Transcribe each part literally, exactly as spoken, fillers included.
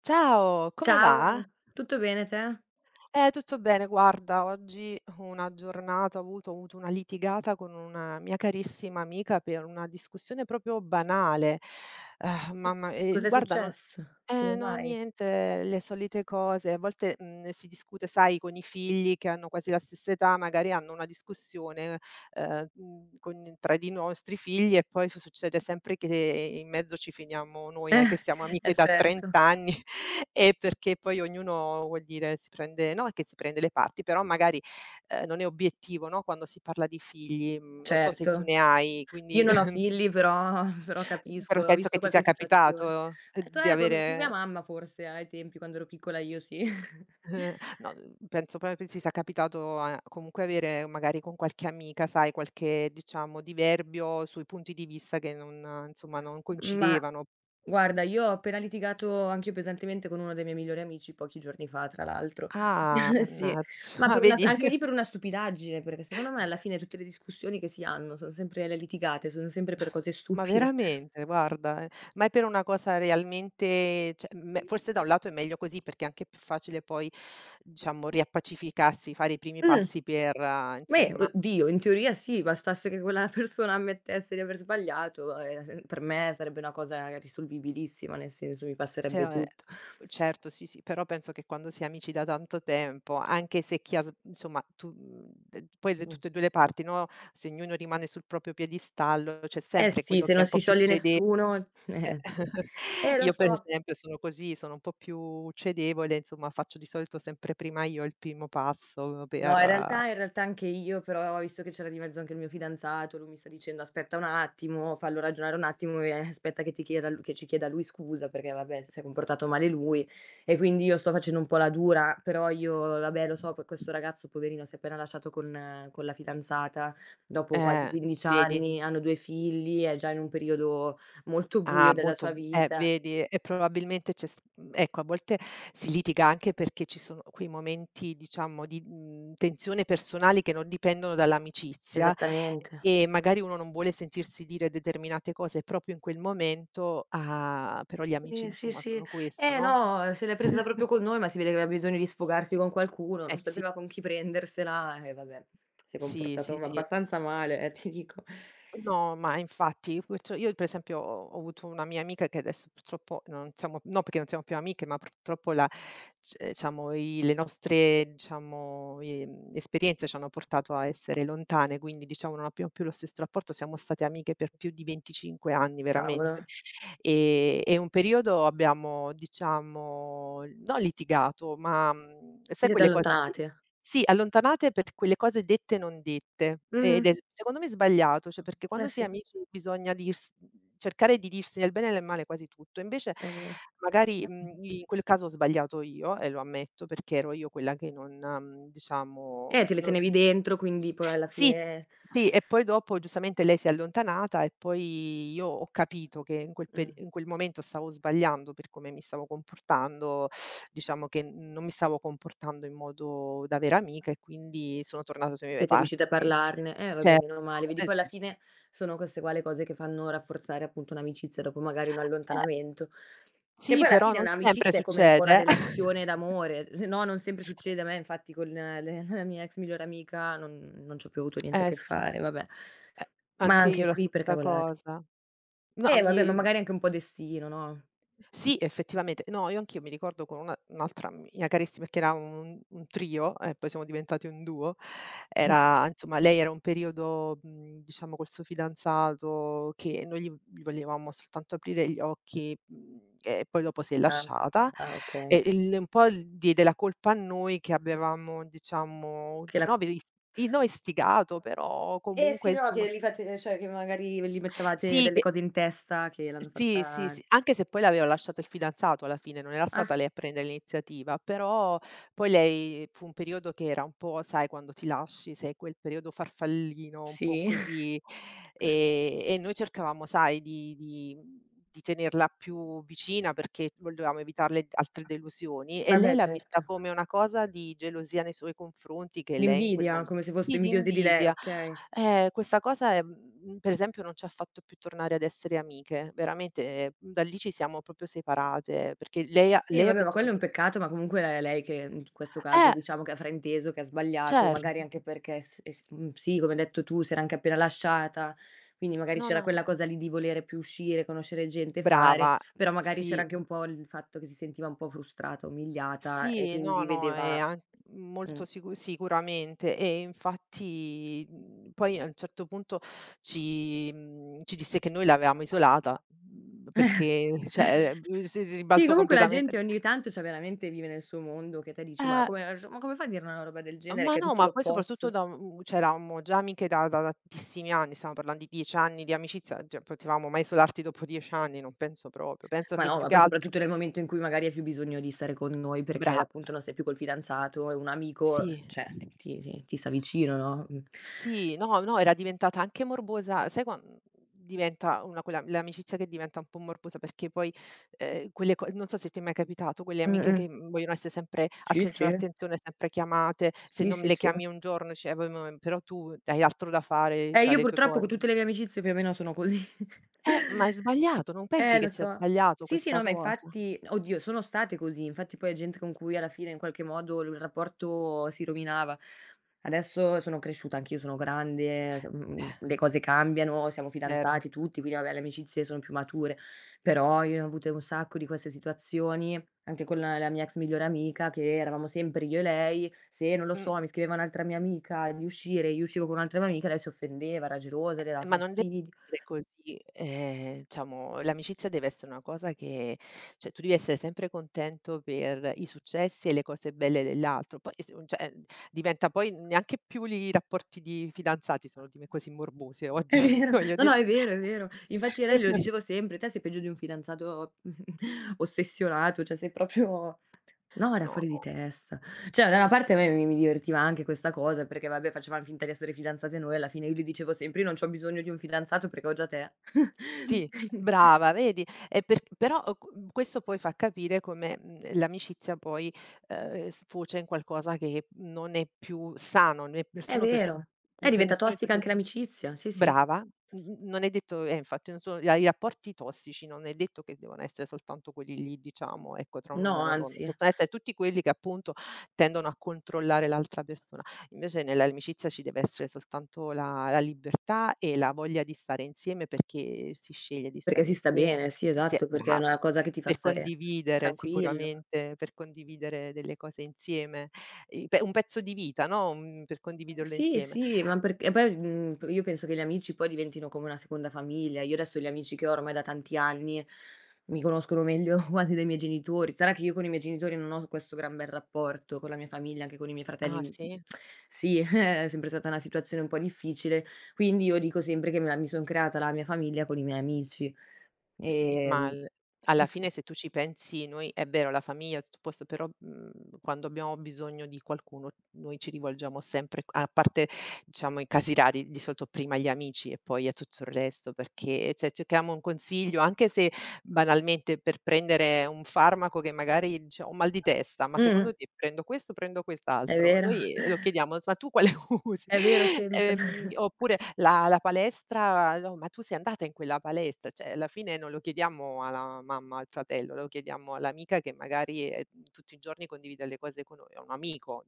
Ciao, come va? Ciao, tutto bene te? Eh, tutto bene, guarda, oggi una giornata ho avuto ho avuto una litigata con una mia carissima amica per una discussione proprio banale. Ah, mamma, ehm, Cos'è guarda non successo? eh Come no, mai? niente, le solite cose. A volte, mhmm, si discute, sai, con i figli che hanno quasi la stessa età, magari hanno una discussione, ehm, mhmm, con tra di nostri figli e poi su succede sempre che in mezzo ci finiamo noi, eh, Eh che siamo eh, amiche da certo, trenta anni e perché poi ognuno, vuol dire, si prende no che si prende le parti, però magari, ehm, non è obiettivo, no, quando si parla di figli. Mhmm, Non so se tu certo. ne hai, Io quindi non ho figli però però capisco, però ho penso che visto ti sia qualche situazione. capitato eh, E tu di eh, con con avere. mia mamma forse ai tempi quando ero piccola io sì. Ehm, no, uhm, Penso proprio che ti sia capitato a comunque avere magari con qualche amica, sai, qualche diciamo diverbio sui punti di vista che non insomma, non Ma coincidevano. guarda, io ho appena litigato anch'io pesantemente con uno dei miei migliori amici pochi giorni fa, tra l'altro. Ah, Sì, mannaggia, ma per una vedi? anche lì per una stupidaggine, perché secondo me alla fine tutte le discussioni che si hanno son sempre le litigate, sono sempre per cose Ma stupide. veramente, guarda, eh, ma è per una cosa realmente cioè, me forse da un lato è meglio così perché è anche più facile poi, diciamo riappacificarsi, fare i primi Mh. passi per eh, Beh, insomma. oddio, in teoria sì, bastasse che quella persona ammettesse di aver sbagliato, ehm, se per me sarebbe una cosa risolvibilissima, nel senso mi Se passerebbe no, ehm, tutto. certo, sì, sì, però penso che quando si è amici da tanto tempo, anche se chi ha s insomma tu mhmm, ehm, poi le Mh. tutte e due le parti, no, se ognuno rimane sul proprio piedistallo, c'è Eh sempre sì, quello che se è non un po' si più scioglie cedente. nessuno, eh. Eh lo Io per so. esempio sono così, sono un po' più cedevole, insomma faccio di solito sempre prima io il primo passo per No, in realtà in realtà anche io, però visto che c'era di mezzo anche il mio fidanzato, lui mi sta dicendo: "Aspetta un attimo, fallo ragionare un attimo e aspetta che ti chieda lu che ci chieda lui scusa perché vabbè si è comportato male lui". E quindi io sto facendo un po' la dura, però io vabbè lo so poi questo ragazzo poverino si è appena lasciato con eh, con la fidanzata dopo quasi eh, quindici vedi? anni, hanno due figli, è già in un periodo molto buio Ah, della sua molto eh, vita. vedi, e probabilmente c'è s mhmm, ecco, a volte si litiga anche perché ci sono quei momenti, diciamo, di, mhmm, tensione personali che non dipendono dall'amicizia Esattamente. e magari uno non vuole sentirsi dire determinate cose proprio in quel momento, ah, però gli amici Sì, sì, insomma sì. sono questo, Eh no? no, se l'è presa proprio con noi, ma si vede che aveva bisogno di sfogarsi con qualcuno, Eh non sì, sapeva con chi prendersela e vabbè, si è sì, sì, comportato ma sì. abbastanza male, eh, ti dico. No, ma infatti, purtro io per esempio ho ho avuto una mia amica che adesso purtroppo non siamo no perché non siamo più amiche, ma purtroppo la c eh, diciamo i le nostre, diciamo, ehm, esperienze ci hanno portato a essere lontane, quindi diciamo non abbiamo più lo stesso rapporto, siamo state amiche per più di venticinque anni Cavolo, veramente. Ehm, e un periodo abbiamo diciamo, non litigato, ma, mhmm, vi sai siete quelle cose di allontanate? sì, allontanate per quelle cose dette e non dette, ed Mh-mh. è s secondo me sbagliato, cioè perché Eh quando si è sì, amici bisogna dirs cercare di dirsi nel bene e nel male quasi tutto. Invece è vero. magari, mhmm, in quel caso ho sbagliato io e lo ammetto perché ero io quella che non, mhmm, diciamo Eh, te le non tenevi dentro, quindi poi alla sì, fine. sì, e poi dopo giustamente lei si è allontanata e poi io ho capito che in quel peri Mh. in quel momento stavo sbagliando per come mi stavo comportando, diciamo che non mi stavo comportando in modo da vera amica e quindi sono tornata sui miei Siete riusciti a passi. parlarne? Eh, vabbè, Certo, meno male. Vedi, es poi alla fine sono queste qua le cose che fanno rafforzare appunto un'amicizia dopo magari un eh, allontanamento. Che sì, poi alla però fine non sempre un'amicizia è come un po' una succede. relazione d'amore, se no non sempre S succede. A me infatti con le la mia ex migliore amica non non c'ho più avuto niente a eh che sì, fare, vabbè. eh, Ma anche anche io la qui per stessa cavolate. cosa. No, Eh, vabbè, ma mi magari anche un po' destino, no. sì, effettivamente. No, io anch'io mi ricordo con una un'altra mia carissima che era un un trio e poi siamo diventati un duo. Mh. Era insomma, lei era un periodo, mhmm, diciamo col suo fidanzato che noi gli gli volevamo soltanto aprire gli occhi, mhmm, e poi dopo si è Ah, lasciata ah okay. e il un po' il diede la colpa a noi che avevamo diciamo, Che tr la no, ve is i no istigato, però Eh comunque sì, no, insomma che li fate cioè che magari ve li mettevate sì delle che cose in testa che l'hanno sì, sì, fatta sì, anche se poi le aveva lasciato il fidanzato alla fine, non era stata ah. lei a prendere l'iniziativa, però poi lei fu un periodo che era un po', sai, quando ti lasci, sei quel periodo farfallino, un po' Sì. così, e e noi cercavamo, sai, di di mhmm, di tenerla più vicina perché volevamo evitarle altre delusioni e lei Vabbè l'ha vista certo. come una cosa di gelosia nei suoi confronti che lei in quel L'invidia, mom come se foste sì, di invidiosi di lei, invidia. okay. Eh, questa cosa è mhmm, per esempio non ci ha fatto più tornare ad essere amiche, veramente, mhmm, da lì ci siamo proprio separate, perché lei ha Eh lei ha vabbè, ma detto che quello è n un peccato, ma comunque è lei che in questo caso eh, diciamo che ha frainteso, che ha sbagliato, magari certo. anche perché s es mhmm, sì, come hai detto tu, si era anche appena lasciata, quindi magari No, c'era no. quella cosa lì di volere più uscire, conoscere gente, fare, Brava. però magari c'era Sì, anche un po' il fatto che si sentiva un po' frustrata, umiliata e sì, no, quindi no, e vedeva an mh. molto sicu sicuramente. E infatti, mhmm, poi a un certo punto ci mhmm, ci disse che noi l'avevamo isolata, mhmm, perché cioè, ehm, si si Sì, ribaltò comunque la completamente gente ogni tanto, cioè veramente vive nel suo mondo che te dici: "Ma eh. come ma come fa a dire una roba del genere Ma che è no, tutto ma poi soprattutto l'opposto?" da u c'eravamo già amiche da da tantissimi anni, stiamo parlando di dieci anni di amicizia, cioè potevamo mai isolarti dopo dieci anni, non penso proprio. Penso Ma che no, più ma che poi altro soprattutto nel momento in cui magari hai più bisogno di stare con noi perché bra appunto non sei più col fidanzato e un amico, sì, cioè ti ti ti ti sta vicino, no, mh. sì, no, no, era diventata anche morbosa, sai quan mhmm, diventa una quella l'amicizia che diventa un po' morbosa perché poi, ehm, quelle co non so se ti è mai capitato, quelle amiche Mh-mh. che, mhmm, vogliono essere sempre al Sì, centro sì. dell'attenzione, sempre chiamate, se Sì, non sì, le sì. chiami un giorno dici: "Eh, poi mo però tu hai altro da fare, Eh, c'hai io le tue purtroppo co". co tutte le mie amicizie più o meno sono così. Eh, ma è sbagliato, non pensi Eh, che lo sia so. sbagliato Sì, sì, questa no, ma cosa? infatti oddio, sono state così. Infatti poi è gente con cui alla fine in qualche modo l il rapporto si rovinava. Adesso sono cresciuta, anch'io sono grande, s mhmm, Eh, le cose cambiano, siamo certo. fidanzati tutti, quindi vabbè le amicizie sono più mature. Però io ne ho avute un sacco di queste situazioni, anche con la la mia ex migliore amica, che eravamo sempre io e lei. Se, non lo Mh, so, mi scriveva un'altra mia amica di uscire, io uscivo con un'altra mia amica, lei si offendeva, era gelosa, le dava ma non deve fastidi. essere così. Ehm, diciamo l'amicizia deve essere una cosa che cioè tu devi essere sempre contento per i successi e le cose belle dell'altro. Poi se un cioè, ehm, diventa poi neanche più lì i rapporti di fidanzati sono diven così morbosi oggi, È vero. voglio No, no, dire. è vero, è vero. Infatti a lei glielo dicevo sempre: "Te sei peggio di un fidanzato ossessionato, cioè sei proprio". No, era No, fuori di no. testa. Cioè da una Mh. parte a me mi mi divertiva anche questa cosa, perché vabbè facevamo finta di essere fidanzate noi, alla fine io gli dicevo sempre: "Io non c'ho bisogno di un fidanzato perché ho già te." Sì, Quindi brava, vedi? E per però, uhm, q questo poi fa capire come, mhmm, l'amicizia poi, ehm, sfocia in qualcosa che non è più sano, né per è nessuno per tu vero. né Eh, per diventa nessuno di tossica tutte e anche l'amicizia, sì, sì. brava, mhmm, non è detto eh infatti non sono i rapporti tossici non è detto che devono essere soltanto quelli lì diciamo, ecco, tra un uomo e No, una donna, anzi, possono essere tutti quelli che appunto tendono a controllare l'altra persona. Invece nell'amicizia ci deve essere soltanto la la libertà e la voglia di stare insieme perché si sceglie di perché stare si sta insieme. bene, sì Sì, è esatto, perché è brava, una cosa che ti fa per stare condividere tranquillo. sicuramente, per condividere delle cose insieme, i pe un pezzo di vita, no, mhmm, per condividerlo Sì, insieme. sì, ma perché e poi, mhmm, p io penso che gli amici poi diventino come una seconda famiglia. Io adesso gli amici che ho ormai da tanti anni mi conoscono meglio quasi dei miei genitori. Sarà che io con i miei genitori non ho questo gran bel rapporto, con la mia famiglia, anche con i miei Ah fratelli, mhmm, sì? sì, è sempre stata una situazione un po' difficile, quindi io dico sempre che me la mi son creata la mia famiglia con i miei amici. Sì, ma Ehm, al alla Mh-mh. fine se tu ci pensi noi è vero la famiglia e tutto questo, però, mhmm, quando abbiamo bisogno di qualcuno noi ci rivolgiamo sempre a parte diciamo i casi rari, di solito prima gli amici e poi a tutto il resto, perché cioè cerchiamo un consiglio, anche se banalmente per prendere un farmaco che magari dice: "Ho mal di testa, ma Mh, secondo te prendo questo o prendo è quest'altro?" vero, Noi ehm, lo chiediamo: "Ma tu quale usi?" è vero Ehm, sempre. Oppure la la palestra: "No, ma tu sei andata in quella palestra?" Cioè alla fine non lo chiediamo alla mamma, al fratello, lo chiediamo all'amica che magari, ehm, tutti i giorni condivide le cose con noi, o un amico,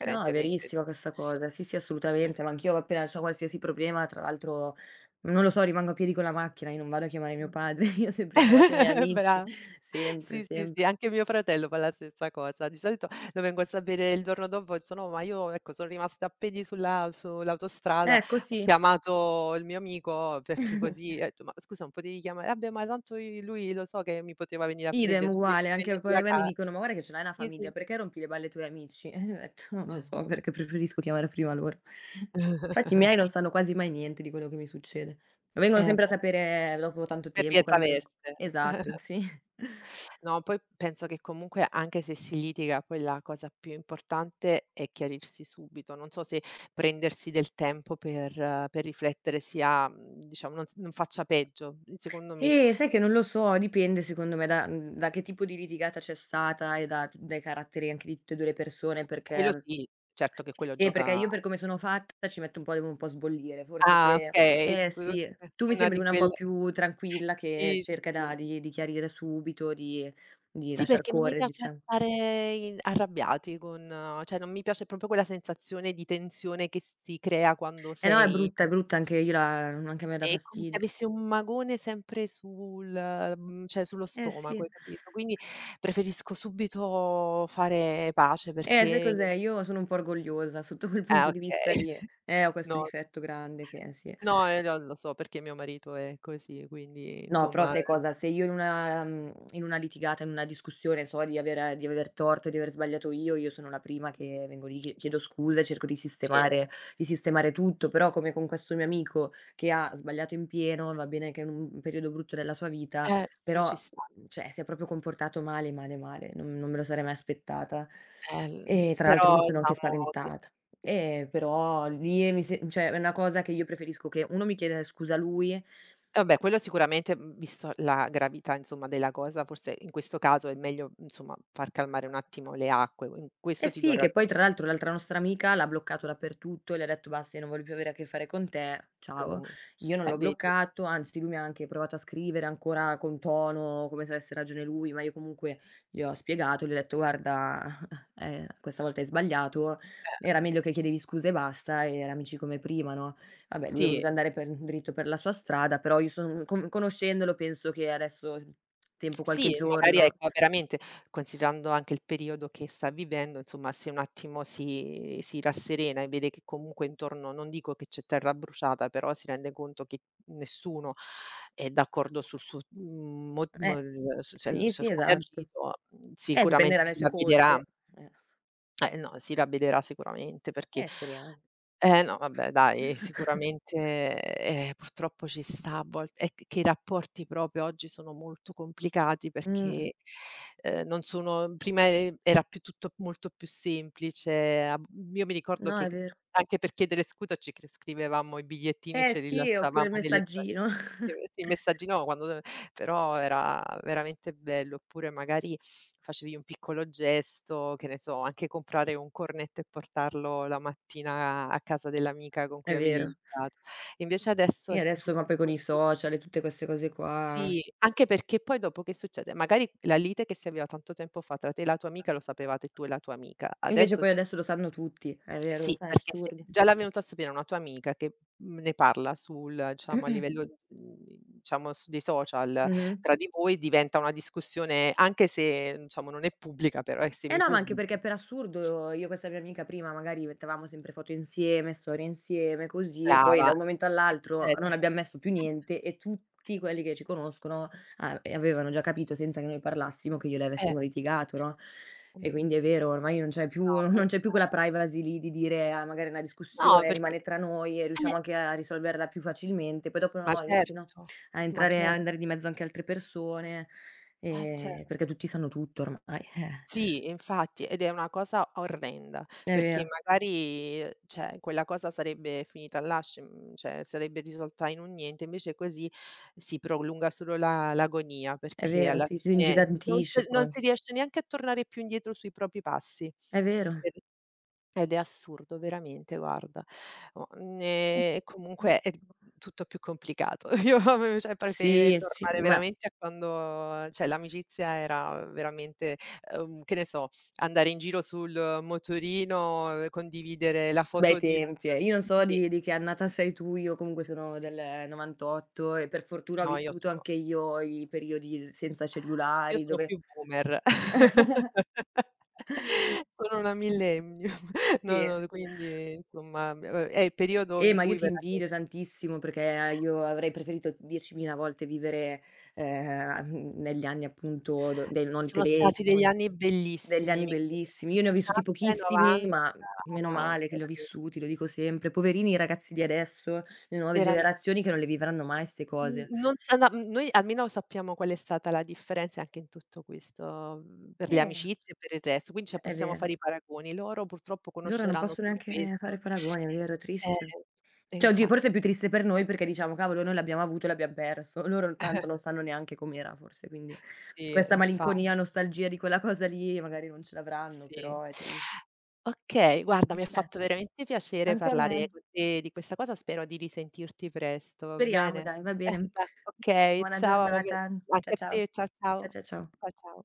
Eh no, è verissima questa cosa. Sì, sì, assolutamente, ma anch'io appena c'ho qualsiasi problema, tra l'altro, non lo so, rimango a piedi con la macchina, io non vado a chiamare mio padre, io ho sempre chiamato i miei amici, Bra sempre, sì, sì, sì, sempre. anche mio fratello fa la stessa cosa. Di solito lo vengo a sapere il giorno dopo, e sono: "No, "Ma io, ecco, sono rimasta a piedi sulla sull'autostrada, Ecco, ho sì. chiamato il mio amico perché così" e ho detto: "Ma scusa, non potevi chiamare?" "Vabbè, ma tanto i lui lo so che mi poteva venire a Idem, prendere, tu vieni a uguale, anche prendermi poi la a me mi ca". dicono: "Ma guarda che ce l'hai una Sì, sì. famiglia, perché rompi le balle ai tuoi amici?" E io ho detto: "Non lo so, perché preferisco chiamare prima loro." Infatti i miei non sanno quasi mai niente di quello che mi succede. Lo vengono Eh, beh, sempre a sapere dopo tanto per vie tempo, quando recu traverse. esatto, sì. No, poi penso che comunque anche se si litiga, poi la cosa più importante è chiarirsi subito. Non so se prendersi del tempo per eh, per riflettere sia mhmm, diciamo non s non faccia peggio, secondo me. Eh, sai che non lo so, dipende secondo me da mhmm, da che tipo di litigata c'è stata e da dai caratteri anche di tutte e due le persone, Quello perché sì, certo che quello eh, perché gioca io per come sono fatta ci metto un po' devo un po' sbollire. Forse ah se okay, eh tu sì, sei tu mi una sembri di una un po' quelle più tranquilla che sì, cerca sì. da di di chiarire subito, di di Sì, lasciar perché non mi correre piace diciam stare in arrabbiati con eh, cioè non mi piace proprio quella sensazione di tensione che si crea quando eh no, è sei brutta, è brutta anche io la anche a me dà è come se fastidio. avessi un magone sempre sul mhmm, cioè sullo Eh stomaco, sì. hai capito? Quindi preferisco subito fare pace Eh, sai perché cos'è, io sono un po' orgogliosa sotto quel ah punto di okay, vista lì. Eh, ho questo no, difetto grande che sì. no, eh, lo lo so perché mio marito è così, quindi No, però insomma sai cosa? Se io in una mhmm, in una litigata, in una discussione so di avere di aver torto, di aver sbagliato io, io sono la prima che vengo lì, chie chiedo scusa e cerco di sì, sistemare di sistemare tutto, però come con questo mio amico che ha sbagliato in pieno, va bene che è in un periodo brutto della sua vita, eh sì però, ci sta. mhmm, cioè si è proprio comportato male, male, male, non non me lo sarei mai aspettata. Eh l E tra l'altro io però mi sono anche diciamo che spaventata. Eh, però lì mi se cioè è una cosa che io preferisco che uno mi chieda scusa a lui. vabbè quello sicuramente, mhmm, visto la gravità insomma della cosa, forse in questo caso è meglio insomma far calmare un attimo le acque, in Eh questo ti do sì, che poi ragione. tra l'altro l'altra nostra amica l'ha bloccato dappertutto e le ha detto: "Basta, io non voglio più avere a che fare con te, ciao". Mh. Io non Eh l'ho vedi? bloccato, anzi lui mi ha anche provato a scrivere ancora con tono, come se avesse ragione lui, ma io comunque gli ho spiegato, gli ho detto: "Guarda, eh, questa volta hai sbagliato, Eh. era meglio che chiedevi scusa e basta e era amici come prima, no". Vabbè, lui è Sì, voluto andare per dritto per la sua strada, però io sono con conoscendolo penso che adesso tempo qualche sì, e magari giorno ecco veramente, considerando anche il periodo che sta vivendo, insomma, se un attimo si si rasserena e vede che comunque intorno, non dico che c'è terra bruciata, però si rende conto che nessuno è d'accordo sul suo, mhmm, mo mo eh, su se sì, su sì, come ha esatto. agito, Eh, si sicuramente prenderà le si sue ravvederà. colpe. Eh, Eh no, si ravvederà sicuramente perché eh speriamo. eh no, vabbè dai, sicuramente, ehm, purtroppo ci sta a volt è che i rapporti proprio oggi sono molto complicati Mh, perché, ehm, non sono prima e era più tutto molto più semplice, a b io mi ricordo no, che è vero. anche per chiedere scusa ci cre scrivevamo i bigliettini e Eh ce li sì, lasciavamo oppure il nelle gia messaggino. Ehm, sì, messaggino quando però era veramente bello. Oppure magari facevi un piccolo gesto, che ne so, anche comprare un cornetto e portarlo la mattina a casa dell'amica con È cui avevi vero. litigato. Invece adesso è E adesso, ma tutto poi con i così social e tutte queste cose qua, sì, anche perché poi dopo che succede? Magari la lite che si aveva tanto tempo fa tra te e la tua amica lo sapevate tu e la tua amica. invece Adesso poi sì adesso lo sanno tutti, è vero, lo sì, fa perché se nessuno. già l'ha venuto a sapere una tua amica che, mhmm, ne parla sul diciamo a livello, mhmm, diciamo su dei social Mh-mh. tra di voi, diventa una discussione anche se diciamo non è pubblica, però è Eh semi no, ma anche pubblica. perché per assurdo io e questa mia amica prima magari mettevamo sempre foto insieme, storie insieme, così, e poi Brava. da un momento "Ma che è all'altro non successo?" abbiamo messo più niente e tutti quelli che ci conoscono a e avevano già capito senza che noi parlassimo che io e lei Eh, avessimo litigato, no, mhmm, e quindi è vero, ormai non c'è più no non c'è questa più quella privacy lì di dire: "Ah, magari è una no discussione, perché rimane tra noi e riusciamo eh, anche a risolverla più facilmente." Poi dopo ma no, iniziano certo, a ma entrare a cer andare di mezzo anche altre persone, eh cer ehm, perché tutti sanno tutto ormai, eh. sì, infatti, ed è una cosa orrenda, È perché vero, magari, ehm, cioè quella cosa sarebbe finita là, scimm cioè sarebbe risolta in un niente, invece così si prolunga solo la l'agonia, è perché vero, alla sì, si fine non s ingigantisce non poi. si riesce neanche a tornare più indietro sui propri passi. È vero. Per ed è assurdo veramente, guarda. O mhmm, e comunque è d tutto più complicato. Io avevo- cioè preferirei Sì, sì, tornare ma veramente a quando cioè l'amicizia era veramente, uhm, che ne so, andare in giro sul motorino, eh, condividere la bei foto di tempi, eh. Io non so sì, di di che annata sei tu, io comunque sono sì. del 'novantotto e per fortuna ho No, io vissuto sono anche io i periodi senza io cellulari sono dove più boomer. Sono una millennium. No, sì. no, quindi insomma, uhm, è il periodo Eh, in ma io cui ti veramen invidio tantissimo perché eh, io avrei preferito diecimila volte vivere, ehm, negli anni appunto do dei non sono stati degli telefoni. anni Degli bellissimi, anni mi bellissimi. Io ne ho vissuti 'ottanta e pochissimi, ma meno 'novanta, male che li ho veramente, vissuti, lo dico sempre. Poverini i ragazzi di adesso, le nuove verame generazioni che non le vivranno mai 'ste n cose. non sa na mhmm, noi almeno sappiamo qual è stata la differenza anche in tutto questo, mhmm, per le Eh, amicizie e per il resto, quindi cioè è possiamo vero. fare i paragoni. Loro purtroppo Loro non conosceranno possono solo neanche questo. fare paragoni, è vero, è Eh, triste. e Cioè, oddio, forse infatti. è più triste per noi perché diciamo: "Cavolo, noi l'abbiamo avuto e l'abbiam perso". Loro tanto non sanno neanche com'era forse, quindi Sì, questa infa malinconia, nostalgia di quella cosa lì magari non ce l'avranno, sì. però è tris Okay, guarda mi ha eh, fatto veramente piacere anche a parlare me. con te di questa cosa, spero di risentirti presto, va Speriamo bene? dai, va Eh, bene. da okay, Buona ciao, vabbè giornata. anche Cia a Ciao. te, ciao, Cia ciao. Cia ciao. Ciao, ciao.